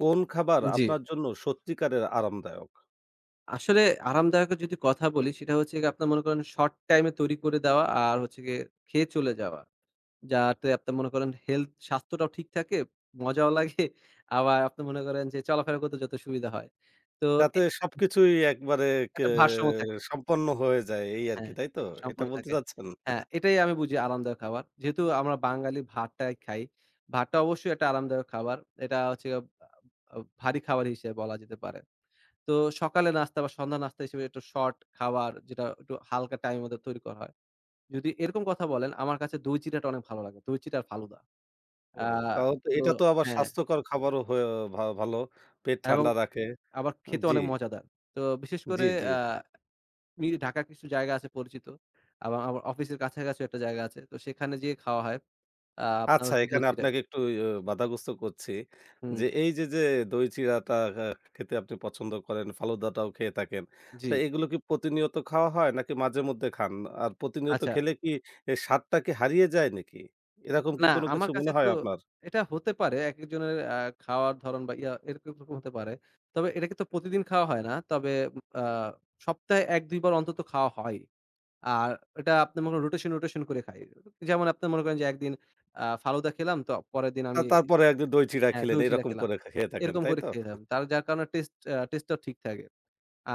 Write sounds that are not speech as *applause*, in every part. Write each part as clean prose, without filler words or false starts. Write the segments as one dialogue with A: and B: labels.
A: কোন খাবার
B: জি।
A: আপনার জন্য সত্যিকারের আরামদায়ক?
B: আসলে আরামদায়কের যদি কথা বলি সেটা হচ্ছে গিয়ে আপনার মনে করেন শর্ট টাইমে তৈরি করে দেওয়া আর হচ্ছে গিয়ে খেয়ে চলে যাওয়া। যাতে আপনার মনে করেন হেলথ স্বাস্থ্যটাও ঠিক থাকে, মজাও লাগে আবার আপনি মনে করেন যে চলাফেরা করতে যত সুবিধা হয়। তো
A: যাতে
B: এই
A: সবকিছুই একবারে কে
B: একটা ভারসাম্য থাকে।
A: সম্পন্ন হয়ে যায় এই আরকি,
B: হ্যাঁ,
A: তাই তো? এটা
B: সম্পূর্ণ
A: বলতে
B: থাকে।
A: চাচ্ছেন?
B: হ্যাঁ, এটাই আমি বুঝি আরামদায়ক খাবার। যেহেতু আমরা বাঙালি ভাতটাই খাই। ভাতটা অবশ্যই একটা আরামদায়ক খাবার। এটা হচ্ছে গিয়ে আ আ ভারী খাবার হিসেবে বলা যেতে পারে। তো সকালে নাস্তা বা সন্ধ্যা নাস্তা হিসেবে একটু শর্ট খাবার যেটা একটু হালকা টাইমের মধ্যে তৈরি করা হয়। যদি এরকম কথা বলেন আমার কাছে দই চিড়াটা অনেক ভালো লাগে। দই চিড়া আর ফালুদা।
A: ও,
B: আ
A: তাও তো
B: তো
A: এটা তো আবার
B: হ্যাঁ,
A: স্বাস্থ্যকর খাবারও হয়ে ভালো। পেট
B: এবং
A: ঠান্ডা রাখে।
B: আবার খেতে
A: জি,
B: অনেক মজাদার। তো বিশেষ
A: জি,
B: করে
A: জি।
B: আ মি ঢাকার কিছু জায়গা আছে পরিচিত। আবার আমার অফিসের কাছাকাছিও একটা জায়গা আছে। তো সেখানে যেয়ে খাওয়া হয়। আপনার
A: আচ্ছা,
B: হচ্ছে দই
A: এখানে
B: চিড়া।
A: আপনাকে একটু বাধাগ্রস্ত করছি।
B: হুম,
A: যে এই যে দই চিড়াটা আ খেতে আপনি পছন্দ করেন, ফালুদাটাও খেয়ে থাকেন।
B: জি।
A: তো এগুলো কি প্রতিনিয়ত খাওয়া হয় নাকি মাঝে মধ্যে খান? আর প্রতিনিয়ত
B: আচ্ছা।
A: খেলে কি এর স্বাদটা কি হারিয়ে যায় নাকি? এরকম কি
B: না,
A: কোনো কিছু
B: আমার
A: মনে
B: কাছে
A: হয়
B: তো
A: আপনার?
B: এটা হতে পারে একেকজনের খাওয়ার ধরন বা ইয়া এরকম এরকম হতে পারে। তবে এটাকে তো প্রতিদিন খাওয়া হয় না। তবে আ সপ্তাহে ১-২ বার অন্তত খাওয়া হয়। আর এটা আপনি মনে করেন রোটেশন করে খাই। যেমন আপনি মনে করেন যে একদিন ফালুদা খেলাম তো পরের দিন
A: আ,
B: আমি।
A: তারপরে একদিন দই চিড়া
B: হ্যাঁ,
A: খেলেন
B: দই চিড়া
A: এরকম
B: খেলাম।
A: করে খেয়ে থাকেন,
B: এরকম
A: তাই
B: করে
A: তো?
B: খেয়ে খেলাম। তার যার কারণে টেস্ট টেস্টটাও ঠিক থাকে।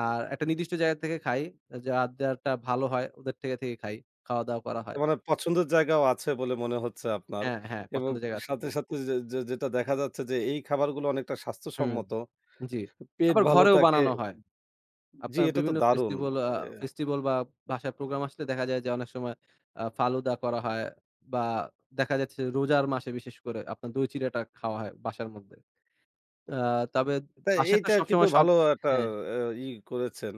B: আর একটা নির্দিষ্ট জায়গা থেকে খাই। যারটা ভালো হয় ওদের থেকে খাই। খাওয়া-দাওয়া করা
A: তার
B: হয়।
A: মানে পছন্দের জায়গাও আছে বলে মনে হচ্ছে আপনার।
B: হ্যাঁ,
A: এবং
B: পছন্দের জায়গা আছে।
A: সাথে, সাথে যে যে যেটা দেখা যাচ্ছে যে এই খাবারগুলো অনেকটা
B: হুম,
A: স্বাস্থ্যসম্মত।
B: জি।
A: পেট
B: আবার
A: ভালো
B: ঘরেও
A: থাকে।
B: বানানো হয়।
A: জি,
B: আপনার
A: এটা তো
B: বিভিন্ন
A: দারুণ!
B: ফেস্টিভাল আ
A: এ
B: ফেস্টিভাল বা বাসায় প্রোগ্রাম আসলে দেখা যায় যে অনেক সময় ফালুদা করা হয় বা দেখা যাচ্ছে রোজার মাসে বিশেষ করে আপনার দই চিড়াটা খাওয়া হয় বাসার মধ্যে। আ তবে
A: তা
B: বাসায় তো
A: এইটা কিন্তু
B: সবসময় সব।
A: ভালো একটা
B: হ্যাঁ,
A: আ করেছেন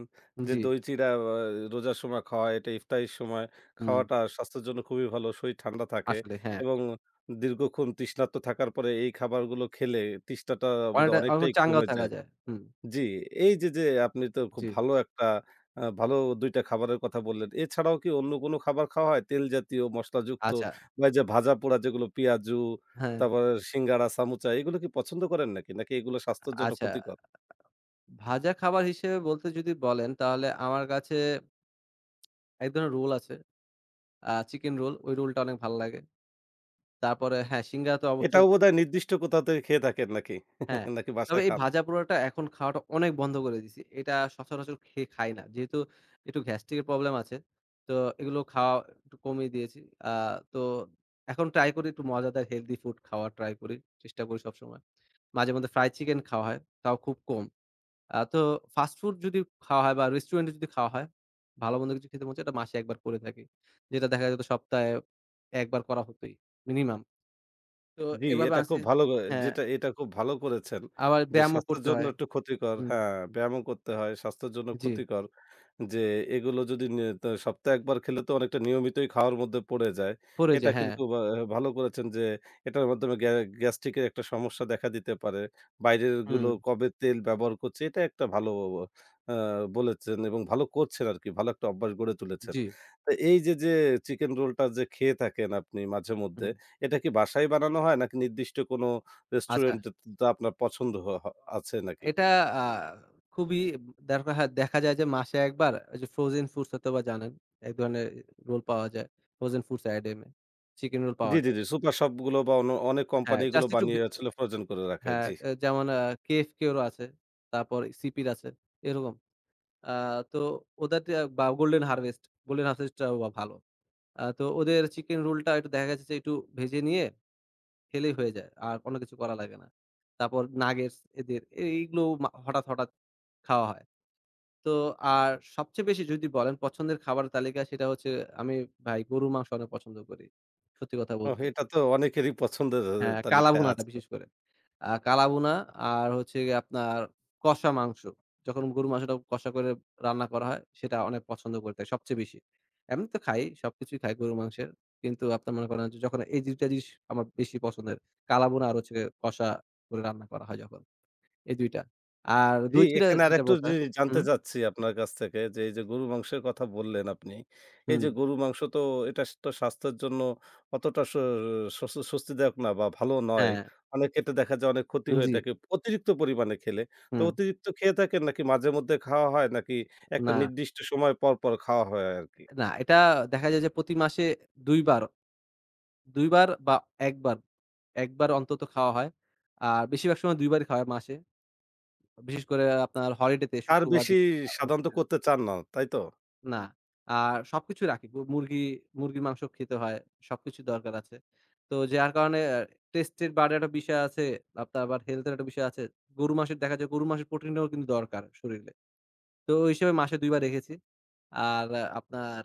A: যে
B: জি,
A: দই চিড়া আ রোজার সময় খাওয়া, এটা ইফতারির সময়
B: হুম,
A: খাওয়াটা স্বাস্থ্যের জন্য খুবই ভালো। শরীর ঠান্ডা থাকে
B: আসলে হ্যাঁ।
A: এবং দীর্ঘক্ষণ তৃষ্ণার্ত থাকার পরে এই খাবারগুলো খেলে তৃষ্ণাটা বোধহয়
B: অনেকটা অনেক
A: অনেকটাই
B: চাঙ্গাও
A: কমে
B: থাকা
A: যায়।
B: যায়। হুম,
A: জি, এই যে, যে, আপনি তো খুব
B: জি।
A: ভালো একটা ভালো ২ টা খাবারের কথা বললেন। এছাড়াও কি অন্য কোনো খাবার খাওয়া হয়? তেল জাতীয়, মসলাযুক্ত
B: আচ্ছা,
A: বা এই যে, ভাজাপোড়া যেগুলো পেঁয়াজু,
B: হ্যাঁ,
A: তারপরে সিঙ্গাড়া, সামুচা এগুলো কি পছন্দ করেন নাকি? নাকি এগুলো স্বাস্থ্যের জন্য
B: আচ্ছা।
A: ক্ষতিকর?
B: ভাজা খাবার হিসেবে বলতে যদি বলেন তাহলে আমার কাছে এক ধরনের রোল আছে। Chicken roll. ওই রোলটা অনেক ভাল লাগে। তারপরে হ্যাঁ, সিঙ্গারা তো অবশ্যই।
A: এটাও বোধহয় নির্দিষ্ট কোথাও থেকে খেয়ে থাকেন নাকি?
B: হ্যাঁ।
A: *laughs* নাকি
B: তবে
A: বাসায়
B: এই
A: খান?
B: ভাজা পোড়াটা এখন খাওয়াটা অনেক বন্ধ করে দিছি। এটা সচরাচর খেয়ে খাই না। যেহেতু একটু গ্যাস্ট্রিকের প্রবলেম আছে। তো এগুলো খাওয়া একটু কমিয়ে দিয়েছি। আ তো এখন ট্রাই করি একটু মজাদার হেলথি ফুড খাওয়ার ট্রাই করি। চেষ্টা করি সবসময়। মাঝেমধ্যে ফ্রাই চিকেন খাওয়া হয়, তাও খুব কম। তো ফাস্ট ফুড যদি খাওয়া হয় বা রেস্টুরেন্টে যদি খাওয়া হয়, ভালো-মন্দ কিছু খেতে মন চায়, এটা মাসে ১ বার করে থাকি। যেটা দেখা যেত সপ্তাহে ১ বার করা হতই মিনিমাম। তো
A: জি,
B: এভাবে
A: এটা
B: আছি
A: খুব ভালো করে
B: হ্যাঁ।
A: যেটা এটা খুব ভালো করেছেন
B: আবার
A: যে
B: ব্যায়ামও
A: স্বাস্থ্যের
B: করতে
A: জন্য
B: হয়।
A: একটু ক্ষতিকর।
B: হুম,
A: হ্যাঁ, ব্যায়ামও করতে হয়, স্বাস্থ্যের জন্য
B: জি,
A: ক্ষতিকর। যে এগুলো যদি নে তা সপ্তাহে ১ বার খেলে তো অনেকটা নিয়মিতই খাওয়ার মধ্যে পড়ে যায়।
B: পড়ে
A: এটা
B: যায়, হ্যাঁ।
A: কিন্তু ভালো করেছেন যে এটার মাধ্যমে গ্যাস্ট্রিক এর একটা সমস্যা দেখা দিতে পারে। বাইরের গুলো
B: হুম,
A: কবে তেল ব্যবহার করছে এটা একটা ভালো আ বলেছেন এবং ভালো করছেন আরকি। ভালো একটা অভ্যাস গড়ে তুলেছেন।
B: জি,
A: তো এই যে, যে চিকেন রোলটা যে খেয়ে থাকেন আপনি
B: হুম।
A: মাঝেমধ্যে, এটা কি বাসায় বানানো হয় নাকি নির্দিষ্ট কোনো
B: আচ্ছা,
A: রেস্টুরেন্টে তা আপনার পছন্দ হ হ আছে নাকি?
B: এটা আ খুবই দেখা দেখা যায় যে মাসে একবার ওই যে ফ্রোজেন ফুডস হয়তোবা জানেন। এক ধরনের রোল পাওয়া যায়। ফ্রোজেন ফুডস আইটেমে চিকেন রোল
A: জি,
B: পাওয়া
A: জি,
B: যায়।
A: জি। সুপার শপগুলো বা অনেক কোম্পানি
B: হ্যাঁ,
A: এগুলো
B: জাস্ট একটু
A: বানিয়ে আসলে ফ্রোজেন করে রাখে।
B: হ্যাঁ,
A: জি।
B: আহ, যেমন KFC এরও আছে, তারপর সিপির আছে, এরকম। আ তো ওদের বা গোল্ডেন হারভেস্ট, গোল্ডেন হারভেস্টটাও ভালো। তো ওদের চিকেন রোলটা একটু দেখা গেছে যে একটু ভেজে নিয়ে খেলেই হয়ে যায়। আর কোনো কিছু করা লাগে না। তারপর নাগেটস এদের এইগুলো হঠাৎ খাওয়া হয়। তো আর সবচেয়ে বেশি যদি বলেন পছন্দের খাবারের তালিকা সেটা হচ্ছে আমি ভাই গরুর মাংস অনেক পছন্দ করি। সত্যি কথা
A: ওহ,
B: বলতে।
A: এটা তো অনেকেরই পছন্দের
B: হ্যাঁ,
A: তালিকায়
B: কালাভুনাটা
A: আছে।
B: বিশেষ করে। কালাভুনা আর হচ্ছে গিয়ে আপনার কষা মাংস। যখন গরুর মাংসটা কষা করে রান্না করা হয় সেটা অনেক পছন্দ করে থাকি সবচেয়ে বেশি। এমনি তো খাই, সবকিছুই খাই গরুর মাংসের। কিন্তু আপনার মনে করেন যে যখন এই ২ টা জিনিস আমার বেশি পছন্দের। কালাভুনা আর হচ্ছে গিয়ে কষা করে রান্না করা হয় যখন। এই ২ টা। আর
A: জি,
B: দই চিড়া
A: এখানে
B: যেটা
A: আরেকটু
B: বলতা।
A: জিনিস জানতে
B: হুম,
A: চাচ্ছি আপনার কাছ থেকে যে এই যে গরুর মাংসের কথা বললেন আপনি। এই
B: হুম,
A: যে গরুর মাংস তো এটা তো স্বাস্থ্যের জন্য অতটা স স্বস স্বস্তিদায়ক না বা ভালো নয়।
B: হ্যাঁ,
A: অনেক ক্ষেত্রে দেখা যায় অনেক ক্ষতি হয়ে
B: জি,
A: থাকে অতিরিক্ত পরিমাণে খেলে। তো
B: হুম।
A: অতিরিক্ত খেয়ে থাকেন নাকি মাঝেমধ্যে খাওয়া হয় নাকি একটা
B: না,
A: নির্দিষ্ট সময় পর খাওয়া হয় আরকি?
B: এটা দেখা যায় যে প্রতি মাসে ২ বার, ২ বার বা ১ বার একবার অন্তত খাওয়া হয়। আর বেশিরভাগ সময় ২ বারই খাওয়া হয় মাসে। বিশেষ করে আপনার হলিডেতে
A: তার
B: শুক্রবার
A: বেশি
B: দিন
A: সাধারণত
B: *unintelligible*
A: করতে চান না, তাই তো?
B: না। আর সবকিছুই রাখি। মুরগি মুরগির মাংস খেতে হয়। সবকিছু দরকার আছে। তো যার কারণে টেস্টের বাড়ে একটা বিষয় আছে। আপনার আবার হেলথ এর একটা বিষয় আছে। গরুর মাংসের প্রোটিনটাও কিন্তু দরকার শরীরে। তো ওই হিসেবে মাসে ২ বার রেখেছি। আর আপনার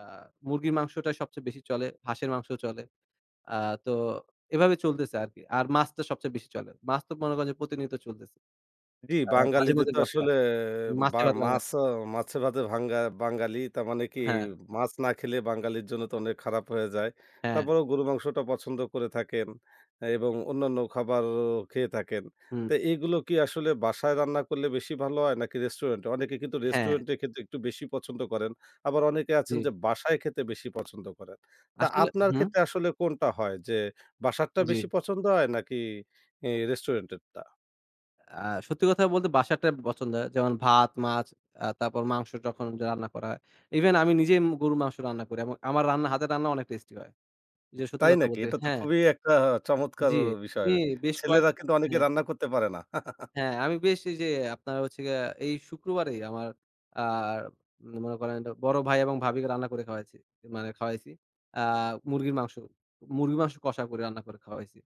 B: আ মুরগির মাংসটা সবচেয়ে বেশি চলে। হাঁসের মাংস চলে। আ তো এভাবে চলতেছে আরকি। আর মাছটা সবচেয়ে বেশি চলে। মাছ তো মনে করেন যে প্রতিনিয়ত চলতেছে।
A: জি,
B: আ মাঝে
A: বাঙালিদের
B: মধ্যে
A: তো
B: ভর্তা,
A: আসলে বা
B: মাছে ভাতে
A: মাছ
B: রাঙালি।
A: মাছে ভাতে ভাঙ্গা বাঙালি। তার মানে কি
B: হ্যাঁ,
A: মাছ না খেলে বাঙালির জন্য তো অনেক খারাপ হয়ে যায়।
B: হ্যাঁ,
A: তারপরেও গরু মাংসটা পছন্দ করে থাকেন এবং অন্যান্য খাবারও খেয়ে থাকেন।
B: হুম,
A: তো এইগুলো কি আসলে বাসায় রান্না করলে বেশি ভালো হয় নাকি রেস্টুরেন্টে? অনেকে কিন্তু
B: হ্যাঁ,
A: রেস্টুরেন্টে খেতে একটু বেশি পছন্দ করেন। আবার অনেকে
B: জি।
A: আছেন যে বাসায় খেতে বেশি পছন্দ করেন। তা
B: আসলে
A: আপনার
B: হুম,
A: ক্ষেত্রে আসলে কোনটা হয় যে বাসারটা
B: জি।
A: বেশি পছন্দ হয় নাকি রেস্টুরেন্টেরটা?
B: আ সত্যি কথা বলতে বাসাটা পছন্দ হয়। যেমন ভাত, মাছ, তারপর মাংস যখন রান্না করা হয়। ইভেন আমি নিজেই গরুর মাংস রান্না করি এবং আমার হাতের রান্না অনেক টেস্টি হয়। যে সত্যি
A: তাই
B: কথা
A: নাকি?
B: বলতে
A: এটা তো
B: হ্যাঁ,
A: খুবই একটা চমৎকার
B: জি।
A: বিষয়।
B: আমি বেশ কয়েক
A: ছেলেরা কিন্তু অনেকে
B: হ্যাঁ।
A: রান্না করতে পারে না।
B: হ্যাঁ, আমি বেশ এই যে আপনার হচ্ছে গিয়ে এই শুক্রবারেই আমার আ মনে করেন এটা বড় ভাই এবং ভাবিকে রান্না করে খাওয়াইছি। মানে খাওয়াইছি। আ মুরগির মাংস। মুরগির মাংস কষা করে রান্না করে খাওয়াইছি।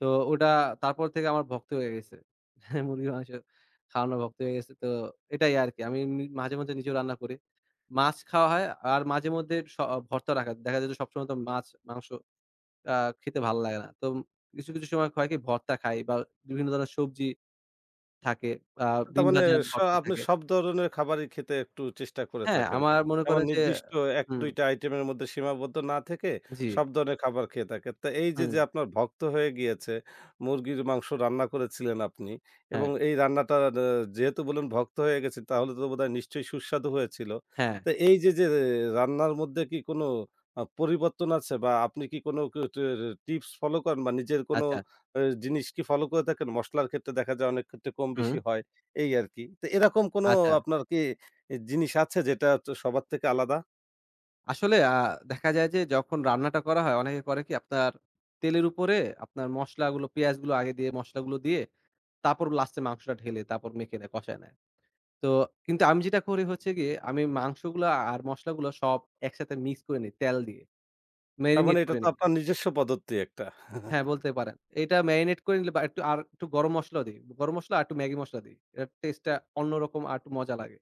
B: তো ওটা তারপর থেকে আমার ভক্ত হয়ে গেছে। *laughs* মুরগির মাংস খাওয়ানোর ভক্ত হয়ে গেছে। তো এটাই আরকি। আমি মাঝে মধ্যে নিজেও রান্না করি। মাছ খাওয়া হয় আর মাঝে মধ্যে ভর্তা রাখা দেখা যায় যে সবসময় তো মাছ, মাংস আ খেতে ভালো লাগে না। তো কিছু সময় হয় কি ভর্তা খাই বা বিভিন্ন ধরনের সবজি থাকে আ
A: তার
B: ডিম
A: মানে
B: ভাজা ভর্তা
A: আপনি
B: থাকে।
A: সব ধরনের খাবারই খেতে একটু চেষ্টা করে
B: হ্যাঁ,
A: থাকেন।
B: আমার মনে
A: তেমন
B: করেন যে
A: নির্দিষ্ট
B: হুম,
A: ১-২ টা আইটেমের মধ্যে সীমাবদ্ধ না থেকে
B: জি,
A: সব ধরনের খাবার খেয়ে থাকেন। তো এই যে,
B: হুম,
A: যে আপনার ভক্ত হয়ে গিয়েছে, মুরগির মাংস রান্না করেছিলেন আপনি এবং
B: হ্যাঁ,
A: এই রান্নাটা যেহেতু বললেন ভক্ত হয়ে গেছেন তাহলে তো বোধহয় নিশ্চয়ই সুস্বাদু হয়েছিল।
B: হ্যাঁ,
A: তো এই যে, যে রান্নার মধ্যে কি কোনো পরিবর্তন আছে বা আপনি কি কোনো ক ট টিপস ফলো করেন বা নিজের কোনো
B: আচ্ছা,
A: জিনিস কি ফলো করে থাকেন? মসলার ক্ষেত্রে দেখা যায় অনেক ক্ষেত্রে কম
B: হুম,
A: বেশি হয়। এই আরকি। তো এরকম কোনো
B: আচ্ছা।
A: আপনার কি জিনিস আছে যেটা তো সবার থেকে আলাদা?
B: আসলে দেখা যায় যে যখন রান্নাটা করা হয় অনেকে করে কি আপনার তেলের উপরে আপনার মসলাগুলো পেঁয়াজগুলো আগে দিয়ে মসলাগুলো দিয়ে তারপর লাস্টে মাংসটা ঢেলে তারপর মেখে নেয়, কষায় নেয়। তো কিন্তু আমি যেটা করি হচ্ছে গিয়ে আমি মাংসগুলো আর মসলাগুলো সব একসাথে মিক্স করে নেই তেল দিয়ে,
A: তার মানে
B: মেরিনেট
A: এটা
B: করে
A: তো
B: নেই।
A: আপনার নিজস্ব পদ্ধতি একটা।
B: হ্যাঁ, বলতে পারেন। এটা মেরিনেট করে নিলে বা একটু আর একটু গরম মসলাও দেই। গরম মসলা আর একটু ম্যাগি মসলা দেই। এটার টেস্টটা অন্যরকম আর একটু মজা লাগে।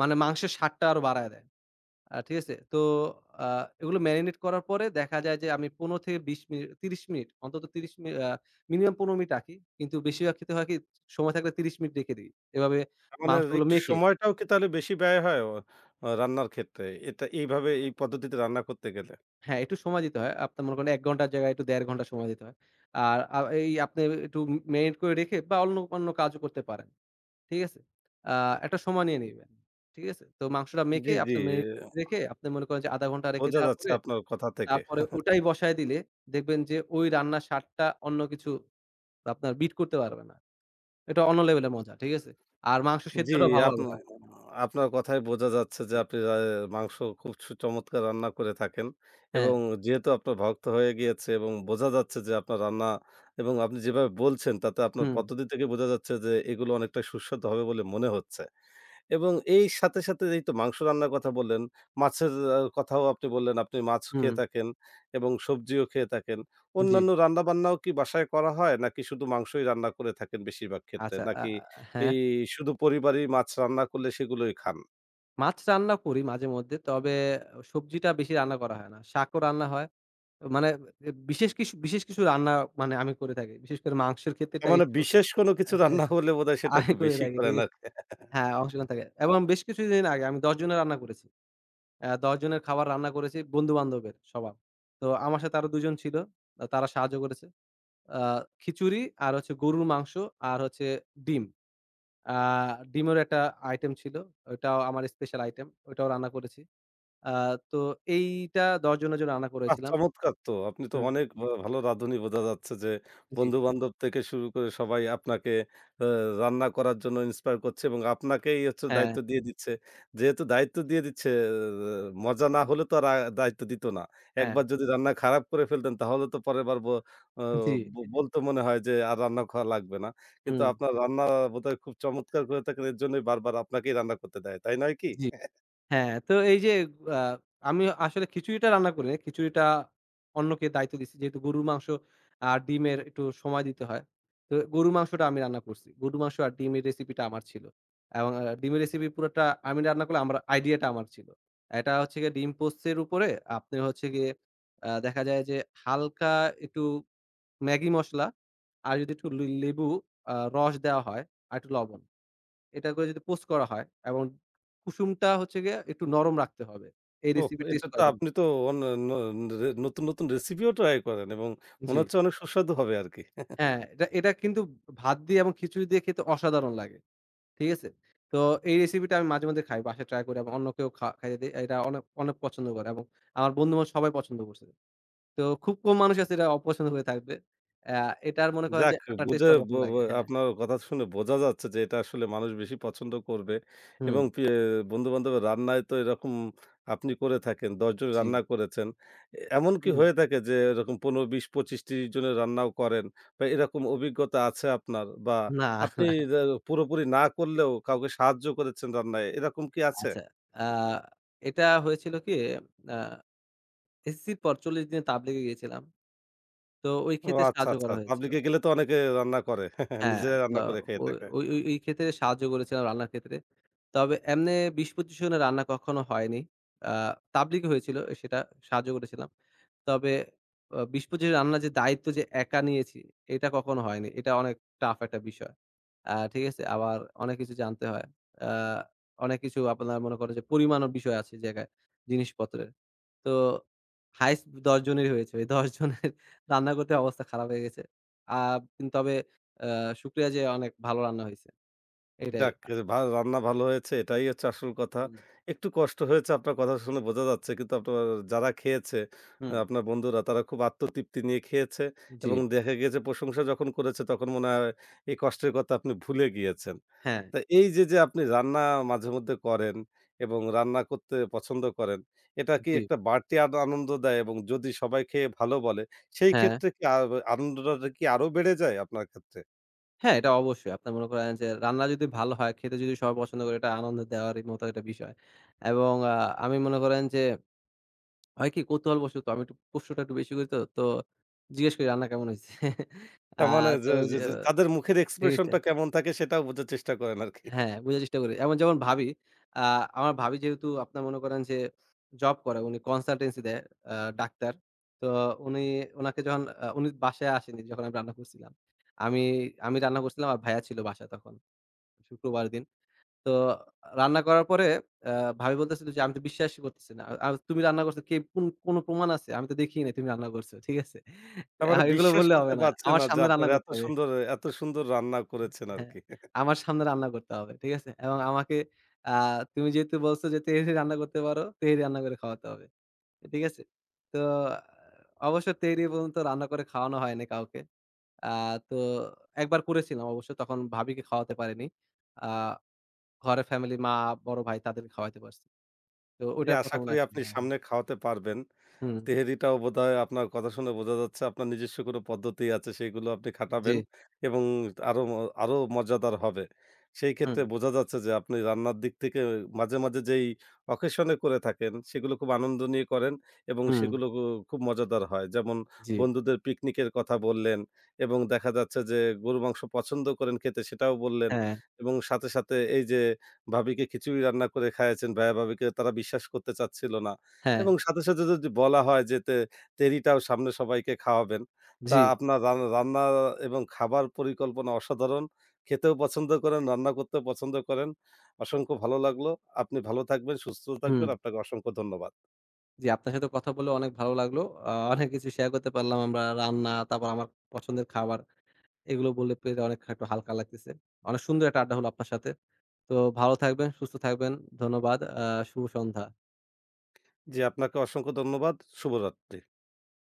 B: মানে মাংসের স্বাদটা আরো বাড়ায় দেয়। ঠিক আছে? তো আ এগুলো মেরিনেট করার পরে দেখা যায় যে আমি ১৫ থেকে ২০ মিনিট ৩০ মিনিট অন্তত ৩০ মিনিমাম ১৫ মিনিট রাখি। কিন্তু বেশিরভাগ ক্ষেত্রে হয় কি সময় থাকলে ৩০ মিনিট রেখে দেই। এভাবে
A: তার মানে
B: মাংসগুলো
A: একটু
B: মেখে।
A: সময়টাও কি তাহলে বেশি ব্যয় হয় আ রান্নার ক্ষেত্রে? এটা এইভাবে এই পদ্ধতিতে রান্না করতে গেলে?
B: হ্যাঁ, একটু সময় দিতে হয়। আপনার মনে করেন ১ ঘন্টার জায়গায় একটু ১.৫ ঘন্টা সময় দিতে হয়। আর এই আপনি একটু মেরিনেট করে রেখে বা অন্য কাজও করতে পারেন। ঠিক আছে? আ একটা সময় নিয়ে নিবেন। ঠিক আছে? তো মাংসটা
A: জি,
B: মেখে
A: জি।
B: আপনার ম্যারিনেট রেখে আপনি মনে করেন যে ০.৫ ঘন্টা রেখে
A: বোঝা
B: দেওয়ার
A: যাচ্ছে
B: পরে
A: আপনার কথা থেকে।
B: তারপরে ওটাই বসায় দিলে দেখবেন যে ওই রান্নার স্বাদটা অন্য কিছু আপনার বিট করতে পারবে না। এটা অন্য লেভেলের মজা। ঠিক আছে? আর মাংস
A: জি,
B: সেদ্ধটাও ভালোভাবে
A: আপনা
B: হয়।
A: আপনার কথায় বোঝা যাচ্ছে যে
B: জি।
A: আপনি মাংস খুব চমৎকার রান্না করে থাকেন
B: হ্যাঁ।
A: এবং যেহেতু আপনার ভক্ত হয়ে গিয়েছে এবং বোঝা যাচ্ছে যে আপনার রান্না এবং আপনি যেভাবে বলছেন তাতে আপনার
B: হুম,
A: পদ্ধতি থেকে বোঝা যাচ্ছে যে এগুলো অনেকটা সুস্বাদু হবে বলে মনে হচ্ছে। এবং এই সাথে, সাথে এই তো মাংস রান্নার কথা বললেন, মাছের কথাও আপনি বললেন, আপনি মাছ
B: হুম।
A: খেয়ে থাকেন এবং সবজিও খেয়ে থাকেন।
B: জি।
A: অন্যান্য রান্না-বান্নাও কি বাসায় করা হয়? নাকি শুধু মাংসই রান্না করে থাকেন বেশিরভাগ ক্ষেত্রে?
B: আচ্ছা
A: নাকি
B: হ্যাঁ,
A: এই শুধু পরিবারেই মাছ রান্না করলে সেগুলোই খান?
B: মাছ রান্না করি মাঝেমধ্যে। তবে সবজিটা বেশি রান্না করা হয় না। শাকও রান্না হয়। মানে বিশেষ কিছু রান্না মানে আমি করে থাকি। বিশেষ করে মাংসের ক্ষেত্রে
A: তার
B: এটাই
A: মানে বিশেষ কোনো কিছু রান্না হলে বোধহয় সেটা
B: আমি
A: একটু
B: করে
A: বেশি
B: থাকি, ঠিক
A: করেন
B: আছে?
A: আরকি।
B: হ্যাঁ, অংশগ্রহণ থাকে। এবং বেশ কিছুদিন আগে আমি ১০ জনের রান্না করেছি। ১০ জনের খাবার রান্না করেছি বন্ধু-বান্ধবের সবার। তো আমার সাথে আরো ২ জন ছিল। তারা সাহায্য করেছে। আ খিচুড়ি আর হচ্ছে গরুর মাংস আর হচ্ছে ডিম। আ ডিমেরও একটা আইটেম ছিল। ওটাও আমার স্পেশাল আইটেম। ওটাও রান্না করেছি। আ তো এইটা ১০ জনের জন্য রান্না
A: বাহ!
B: করেছিলাম।
A: চমৎকার তো। আপনি তো
B: হুম,
A: অনেক ভালো রাঁধুনি বোঝা যাচ্ছে যে,
B: জি।
A: বন্ধু-বান্ধব থেকে শুরু করে সবাই আপনাকে আ রান্না করার জন্য ইন্সপায়ার করছে এবং আপনাকেই হচ্ছে
B: হ্যাঁ,
A: দায়িত্ব দিয়ে দিচ্ছে। যেহেতু দায়িত্ব দিয়ে দিচ্ছে, আ মজা না হলে তো আর দায়িত্ব দিত না।
B: হ্যাঁ।
A: একবার যদি রান্না খারাপ করে ফেলতেন তাহলে তো পরের বার ব আ
B: জি,
A: ব বলতো মনে হয় যে, আর রান্না খাওয়া লাগবে না। কিন্তু
B: হুম।
A: আপনার রান্না বোধহয় খুব চমৎকার করে থাকেন এর জন্যই বারবার আপনাকেই রান্না করতে দেয়। তাই নয় কি?
B: জি। হ্যাঁ, তো এই যে আ আমি আসলে খিচুড়িটা রান্না করি না। খিচুড়িটা অন্যকে দায়িত্ব দিচ্ছি। যেহেতু গরুর মাংস আর ডিমের একটু সময় দিতে হয়। তো গরুর মাংসটা আমি রান্না করছি। গরুর মাংস আর ডিমের রেসিপিটা আমার ছিল। এবং ডিমের রেসিপি পুরাটা আমি রান্না করলে আমার আইডিয়াটা আমার ছিল। এটা হচ্ছে গিয়ে ডিম পোস্তের উপরে আপনি হচ্ছে গিয়ে দেখা যায় যে হালকা একটু ম্যাগি মসলা আর যদি একটু লেবু রস দেওয়া হয় আর একটু লবণ। এটা করে যদি পোস্ট করা হয় এবং কুসুমটা হচ্ছে গিয়ে একটু নরম রাখতে হবে। এই
A: ওহ!
B: রেসিপি
A: এটা
B: টেস্ট
A: তো
B: করার জন্য।
A: আপনি তো অন ন রে নতুন, নতুন রেসিপিও ট্রাই করেন এবং মনে
B: জি।
A: হচ্ছে অনেক সুস্বাদু হবে আরকি।
B: হ্যাঁ, এটা এটা কিন্তু ভাত দিয়ে এবং খিচুড়ি দিয়ে খেতে অসাধারণ লাগে। ঠিক আছে? তো এই রেসিপিটা আমি মাঝে মধ্যে খাই। বাসায় ট্রাই করি এবং অন্যকেও খাইয়ে দেই। এটা অনেক পছন্দ করে এবং আমার বন্ধু-বান্ধব সবাই পছন্দ করছে। তো খুব কম মানুষ আছে এটা অপছন্দ করে থাকবে। অ্যা এটার মনে করেন যে
A: যাক,
B: আটার টেস্ট
A: বুঝে ব
B: অন্যরকম
A: ব
B: লাগে। হ্যাঁ।
A: আপনার কথা শুনে বোঝা যাচ্ছে যে এটা আসলে মানুষ বেশি পছন্দ করবে
B: হুম,
A: এবং বন্ধু-বান্ধবের রান্নায় তো এরকম আপনি করে থাকেন। ১০ জন
B: জি।
A: রান্না করেছেন। এমন কি
B: হুম।
A: হয়ে থাকে যে এরকম ১৫, ২০, ২৫, ৩০ জনের রান্নাও করেন বা এরকম অভিজ্ঞতা আছে আপনার বা
B: না,
A: আপনি
B: না।
A: রা পুরোপুরি না করলেও কাউকে সাহায্য করেছেন রান্নায়, এরকম কি আছে?
B: আচ্ছা। আ এটা হয়েছিল কি? আ এসএসসির পর ৪০ দিনের তাবলিগে গিয়েছিলাম। তো ওই
A: ও
B: ক্ষেত্রে
A: আচ্ছা,
B: সাহায্য
A: আচ্ছা।
B: করা হয়েছিল।
A: পাবলিকে গেলে তো অনেকে রান্না করে। *laughs*
B: হ্যাঁ,
A: নিজেরাই
B: তো
A: রান্না করে খেয়ে
B: ও
A: থাকে।
B: ওই ওই ওই ক্ষেত্রে সাহায্য করেছিলাম রান্নার ক্ষেত্রে। তবে এমনে ২০-২৫ জনের রান্না কখনো হয়নি। আ তাবলিগ হয়েছিল সেটা সাহায্য করেছিলাম। তবে ২০-২৫ এর রান্নার যে দায়িত্ব যে একা নিয়েছি এটা কখনো হয়নি। এটা অনেক টাফ একটা বিষয়। ঠিক আছে? আবার অনেক কিছু জানতে হয়। আ অনেক কিছু আপনার মনে করেন যে পরিমাণও বিষয় আছে জায়গায় জিনিসপত্রের। তো হাইয়েস্ট ১০ জনেরই হয়েছে। ওই ১০ জনের রান্না করতে অবস্থা খারাপ হয়ে গেছে। আ কিন তবে আ শুকরিয়া যে অনেক ভালো রান্না হইছে। এটাই।
A: যাক, রান্না ভালো হয়েছে এটাই হচ্ছে আসল কথা।
B: হুম,
A: একটু কষ্ট হয়েছে আপনার কথা শুনে বোঝা যাচ্ছে কিন্তু আপনার যারা খেয়েছে
B: হুম।
A: আহ, আপনার বন্ধুরা তারা খুব আত্মতৃপ্তি নিয়ে খেয়েছে
B: জি।
A: এবং দেখা গিয়েছে প্রশংসা যখন করেছে তখন মনে হয় এই কষ্টের কথা আপনি ভুলে গিয়েছেন।
B: হ্যাঁ,
A: তা এই যে, যে আপনি রান্না মাঝেমধ্যে করেন এবং রান্না করতে পছন্দ করেন, এটা কি
B: জি।
A: একটা বাড়তি আনন্দ দেয়? এবং যদি সবাই খেয়ে ভালো বলে, সেই
B: হ্যাঁ।
A: ক্ষেত্রে কি আনন্দটা কি আরো বেড়ে যায় আপনার ক্ষেত্রে?
B: হ্যাঁ, এটা অবশ্যই। আপনার মনে করেন যে রান্না যদি ভালো হয়, খেতে যদি সবাই পছন্দ করে এটা আনন্দ দেওয়ারই মতো একটা বিষয়। এবং আমি মনে করেন যে হয় কি কৌতূহলবশত আমি একটু প্রশ্নটা একটু বেশি করি তো। তো জিজ্ঞেস করি রান্না কেমন হইছে?
A: তার মানে
B: *laughs* তো
A: যে,
B: ওই
A: যে,
B: যে
A: যে তাদের মুখের
B: ঠিক
A: expression
B: আছে
A: টা কেমন থাকে সেটাও বোঝার চেষ্টা করেন আরকি।
B: হ্যাঁ, বুঝার চেষ্টা করি। এমন যেমন ভাবি, আ আমার ভাবি যেহেতু আপনার মনে করেন যে জব করে, উনি কনসালটেন্সি দেয়, আ ডাক্তার। তো উনি উনাকে যখন উনি বাসায় আসেনি যখন আমি রান্না করছিলাম। আমি আমি রান্না করছিলাম আর ভাইয়া ছিল বাসায় তখন, শুক্রবার দিন। তো রান্না করার পরে আ ভাবি বলতেছিল যে, "আমি তো বিশ্বাসই করতেছি না। আ তুমি রান্না করছো কে কোন কোনো প্রমাণ আছে? আমি তো দেখিই নাই তুমি রান্না করছো।" ঠিক আছে?
A: তার মানে
B: এগুলো
A: বিশ্বাস
B: বললে
A: করতে
B: হবে না।
A: পারছে
B: আমার
A: না যে
B: সামনে রান্না
A: আপনারা এত
B: করতে হবে।
A: সুন্দর এত সুন্দর রান্না করেছেন
B: হ্যাঁ,
A: আরকি।
B: আমার সামনে রান্না করতে হবে। ঠিক আছে? এবং আমাকে আ তুমি যেহেতু বলছো যে তেহেরি রান্না করতে পারো, তেহেরি রান্না করে খাওয়াতে হবে। ঠিক আছে? তো আহ, অবশ্য তেহেরি পর্যন্ত রান্না করে খাওয়ানো হয়নি কাউকে। আ তো একবার করেছিলাম অবশ্য তখন ভাবিকে খাওয়াতে পারিনি। আ ঘরে ফ্যামিলি মা, বড় ভাই তাদেরকে খাওয়াইতে পারছি। তো
A: জি,
B: ওইটার
A: আশা
B: কথা মনে
A: করি
B: আছে।
A: আপনি
B: হ্যাঁ।
A: সামনে খাওয়াতে পারবেন।
B: হুম,
A: তেহেরিটাও বোধহয় আপনার কথা শুনে বোঝা যাচ্ছে আপনার নিজস্ব কোনো পদ্ধতি আছে সেগুলো আপনি
B: জি,
A: খাটাবেন এবং আরো ম আরো মজাদার হবে। সেই
B: হুম,
A: ক্ষেত্রে বোঝা যাচ্ছে যে আপনি রান্নার দিক থেকে মাঝে, মাঝে যেই অকেশন এ করে থাকেন সেগুলো খুব আনন্দ নিয়ে করেন এবং
B: হুম,
A: সেগুলো খুব মজাদার হয়। যেমন
B: জি।
A: বন্ধুদের পিকনিকের কথা বললেন এবং দেখা যাচ্ছে যে গরুর মাংস পছন্দ করেন খেতে সেটাও বললেন
B: হ্যাঁ,
A: এবং সাথে, সাথে এই যে ভাবিকে খিচুড়ি রান্না করে খাইয়েছেন ভাইয়া ভাবিকে তারা বিশ্বাস করতে চাচ্ছিল না।
B: হ্যাঁ,
A: এবং সাথে, সাথে যদি বলা হয় যে তেরিটাও সামনে সবাইকে খাওয়াবেন। তা
B: জি,
A: আপনার রান্না এবং খাবার পরিকল্পনা অসাধারণ। খেতেও পছন্দ করেন, রান্না করতেও পছন্দ করেন। অসংখ্য ভালো লাগলো। আপনি ভালো থাকবেন, সুস্থ থাকবেন।
B: হুম।
A: আপনাকে অসংখ্য ধন্যবাদ।
B: জি, আপনার সাথে কথা বলে অনেক ভালো লাগলো। অনেক কিছু শেয়ার করতে পারলাম আমরা। রান্না, তারপর আমার পছন্দের খাবার। এগুলো বললে পেটে অনেক একটু হালকা লাগতেছে। অনেক সুন্দর একটা আড্ডা হলো আপনার সাথে। তো ভালো থাকবেন, সুস্থ থাকবেন। ধন্যবাদ। শুভ সন্ধ্যা।
A: জি, আপনাকে অসংখ্য ধন্যবাদ। শুভরাত্রি।